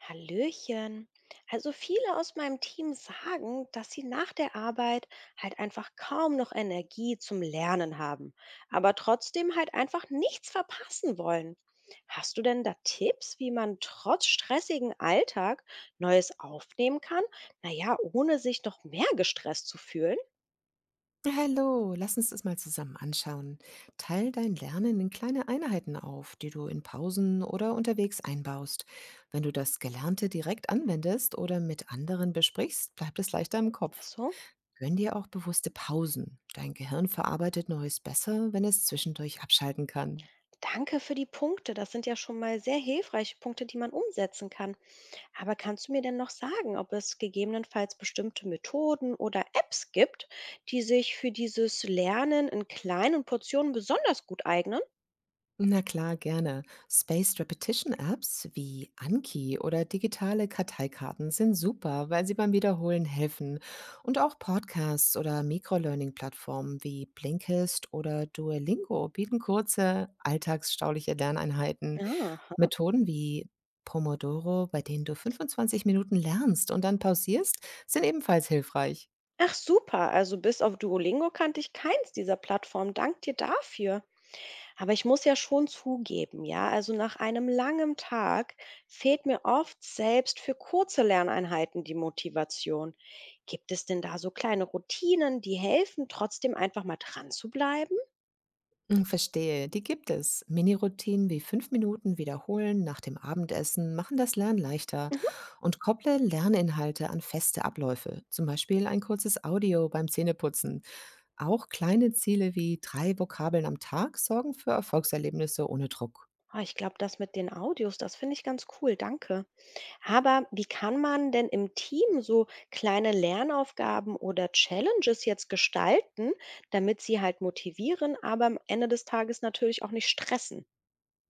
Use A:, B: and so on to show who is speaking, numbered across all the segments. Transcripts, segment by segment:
A: Hallöchen. Also viele aus meinem Team sagen, dass sie nach der Arbeit halt einfach kaum noch Energie zum Lernen haben, aber trotzdem halt einfach nichts verpassen wollen. Hast du denn da Tipps, wie man trotz stressigen Alltag Neues aufnehmen kann? Naja, ohne sich noch mehr gestresst zu fühlen.
B: Hallo, lass uns das mal zusammen anschauen. Teil dein Lernen in kleine Einheiten auf, die du in Pausen oder unterwegs einbaust. Wenn du das Gelernte direkt anwendest oder mit anderen besprichst, bleibt es leichter im
A: Ach
B: Kopf.
A: so.
B: Gönn dir auch bewusste Pausen. Dein Gehirn verarbeitet Neues besser, wenn es zwischendurch abschalten kann.
A: Danke für die Punkte. Das sind ja schon mal sehr hilfreiche Punkte, die man umsetzen kann. Aber kannst du mir denn noch sagen, ob es gegebenenfalls bestimmte Methoden oder Apps gibt, die sich für dieses Lernen in kleinen Portionen besonders gut eignen?
B: Na klar, gerne. Spaced Repetition Apps wie Anki oder digitale Karteikarten sind super, weil sie beim Wiederholen helfen. Und auch Podcasts oder Microlearning-Plattformen wie Blinkist oder Duolingo bieten kurze, alltagsstauliche Lerneinheiten.
A: Aha.
B: Methoden wie Pomodoro, bei denen du 25 Minuten lernst und dann pausierst, sind ebenfalls hilfreich.
A: Ach super, also bis auf Duolingo kannte ich keins dieser Plattformen. Dank dir dafür. Aber ich muss ja schon zugeben, ja, also nach einem langen Tag fehlt mir oft selbst für kurze Lerneinheiten die Motivation. Gibt es denn da so kleine Routinen, die helfen, trotzdem einfach mal dran zu bleiben?
B: Hm, verstehe, die gibt es. Mini-Routinen wie 5 Minuten wiederholen nach dem Abendessen machen das Lernen leichter, und kopple Lerninhalte an feste Abläufe, zum Beispiel ein kurzes Audio beim Zähneputzen. Auch kleine Ziele wie 3 Vokabeln am Tag sorgen für Erfolgserlebnisse ohne Druck.
A: Ah, ich glaube, das mit den Audios, das finde ich ganz cool, danke. Aber wie kann man denn im Team so kleine Lernaufgaben oder Challenges jetzt gestalten, damit sie halt motivieren, aber am Ende des Tages natürlich auch nicht stressen?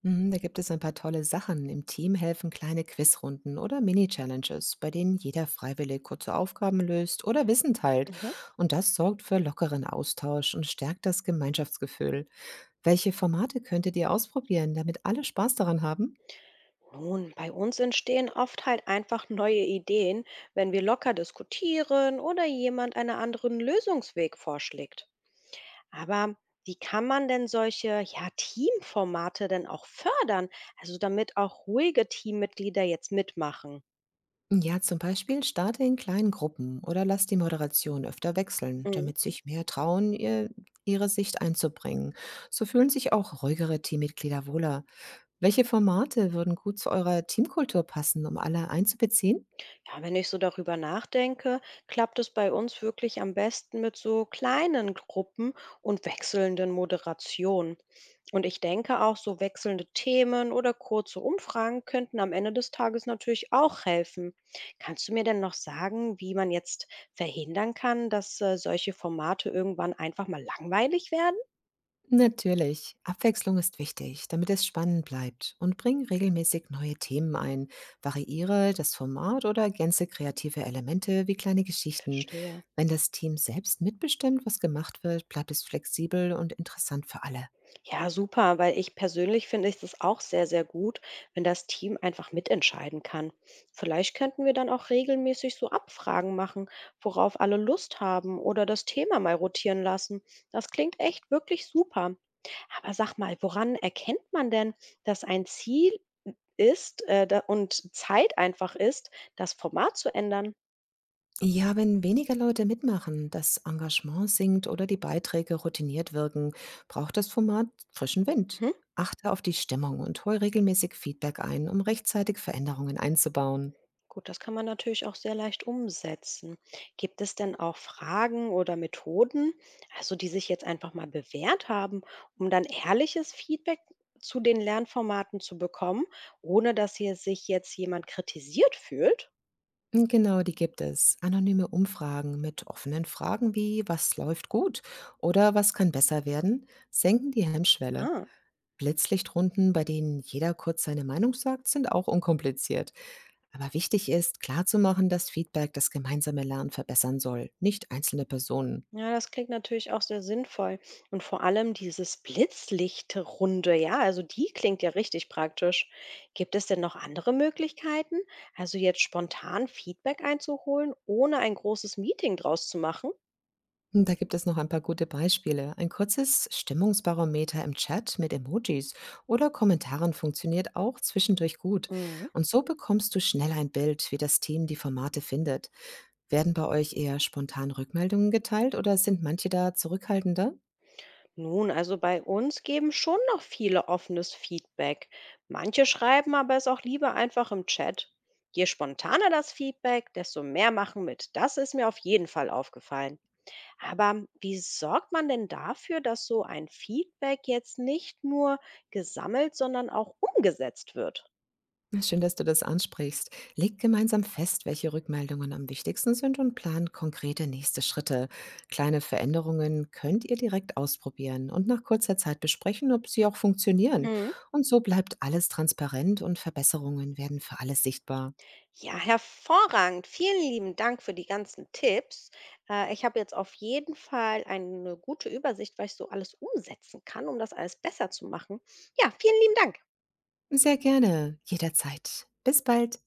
B: Mhm, da gibt es ein paar tolle Sachen. Im Team helfen kleine Quizrunden oder Mini-Challenges, bei denen jeder freiwillig kurze Aufgaben löst oder Wissen teilt.
A: Mhm.
B: Und das sorgt für lockeren Austausch und stärkt das Gemeinschaftsgefühl. Welche Formate könntet ihr ausprobieren, damit alle Spaß daran haben?
A: Nun, bei uns entstehen oft halt einfach neue Ideen, wenn wir locker diskutieren oder jemand einen anderen Lösungsweg vorschlägt. Aber wie kann man denn solche, ja, Teamformate denn auch fördern? Also, damit auch ruhige Teammitglieder jetzt mitmachen?
B: Ja, zum Beispiel starte in kleinen Gruppen oder lass die Moderation öfter wechseln,
A: Mhm.
B: damit sich mehr trauen, ihre Sicht einzubringen. So fühlen sich auch ruhigere Teammitglieder wohler. Welche Formate würden gut zu eurer Teamkultur passen, um alle einzubeziehen?
A: Ja, wenn ich so darüber nachdenke, klappt es bei uns wirklich am besten mit so kleinen Gruppen und wechselnden Moderationen. Und ich denke auch, so wechselnde Themen oder kurze Umfragen könnten am Ende des Tages natürlich auch helfen. Kannst du mir denn noch sagen, wie man jetzt verhindern kann, dass solche Formate irgendwann einfach mal langweilig werden?
B: Natürlich. Abwechslung ist wichtig, damit es spannend bleibt, und bring regelmäßig neue Themen ein. Variiere das Format oder ergänze kreative Elemente wie kleine Geschichten.
A: Verstehe.
B: Wenn das Team selbst mitbestimmt, was gemacht wird, bleibt es flexibel und interessant für alle.
A: Ja, super, weil ich persönlich finde ich das auch sehr, sehr gut, wenn das Team einfach mitentscheiden kann. Vielleicht könnten wir dann auch regelmäßig so Abfragen machen, worauf alle Lust haben oder das Thema mal rotieren lassen. Das klingt echt wirklich super. Aber sag mal, woran erkennt man denn, dass ein Ziel äh, ist und Zeit einfach ist, das Format zu ändern?
B: Ja, wenn weniger Leute mitmachen, das Engagement sinkt oder die Beiträge routiniert wirken, braucht das Format frischen Wind.
A: Mhm.
B: Achte auf die Stimmung und hol regelmäßig Feedback ein, um rechtzeitig Veränderungen einzubauen.
A: Gut, das kann man natürlich auch sehr leicht umsetzen. Gibt es denn auch Fragen oder Methoden, also die sich jetzt einfach mal bewährt haben, um dann ehrliches Feedback zu den Lernformaten zu bekommen, ohne dass hier sich jetzt jemand kritisiert fühlt?
B: Hm, genau, die gibt es. Anonyme Umfragen mit offenen Fragen wie „Was läuft gut?“ oder „Was kann besser werden?“ senken die Hemmschwelle.
A: Ah.
B: Blitzlichtrunden, bei denen jeder kurz seine Meinung sagt, sind auch unkompliziert. Aber wichtig ist, klarzumachen, dass Feedback das gemeinsame Lernen verbessern soll, nicht einzelne Personen.
A: Ja, das klingt natürlich auch sehr sinnvoll. Und vor allem dieses Blitzlichtrunde, ja, also die klingt ja richtig praktisch. Gibt es denn noch andere Möglichkeiten, also jetzt spontan Feedback einzuholen, ohne ein großes Meeting draus zu machen?
B: Und da gibt es noch ein paar gute Beispiele. Ein kurzes Stimmungsbarometer im Chat mit Emojis oder Kommentaren funktioniert auch zwischendurch gut.
A: Mhm.
B: Und so bekommst du schnell ein Bild, wie das Team die Formate findet. Werden bei euch eher spontan Rückmeldungen geteilt oder sind manche da zurückhaltender?
A: Nun, also bei uns geben schon noch viele offenes Feedback. Manche schreiben aber es auch lieber einfach im Chat. Je spontaner das Feedback, desto mehr machen mit. Das ist mir auf jeden Fall aufgefallen. Aber wie sorgt man denn dafür, dass so ein Feedback jetzt nicht nur gesammelt, sondern auch umgesetzt wird?
B: Na, schön, dass du das ansprichst. Legt gemeinsam fest, welche Rückmeldungen am wichtigsten sind, und plant konkrete nächste Schritte. Kleine Veränderungen könnt ihr direkt ausprobieren und nach kurzer Zeit besprechen, ob sie auch funktionieren.
A: Mhm.
B: Und so bleibt alles transparent und Verbesserungen werden für alle sichtbar.
A: Ja, hervorragend. Vielen lieben Dank für die ganzen Tipps. Ich habe jetzt auf jeden Fall eine gute Übersicht, was ich so alles umsetzen kann, um das alles besser zu machen. Ja, vielen lieben Dank.
B: Sehr gerne, jederzeit. Bis bald.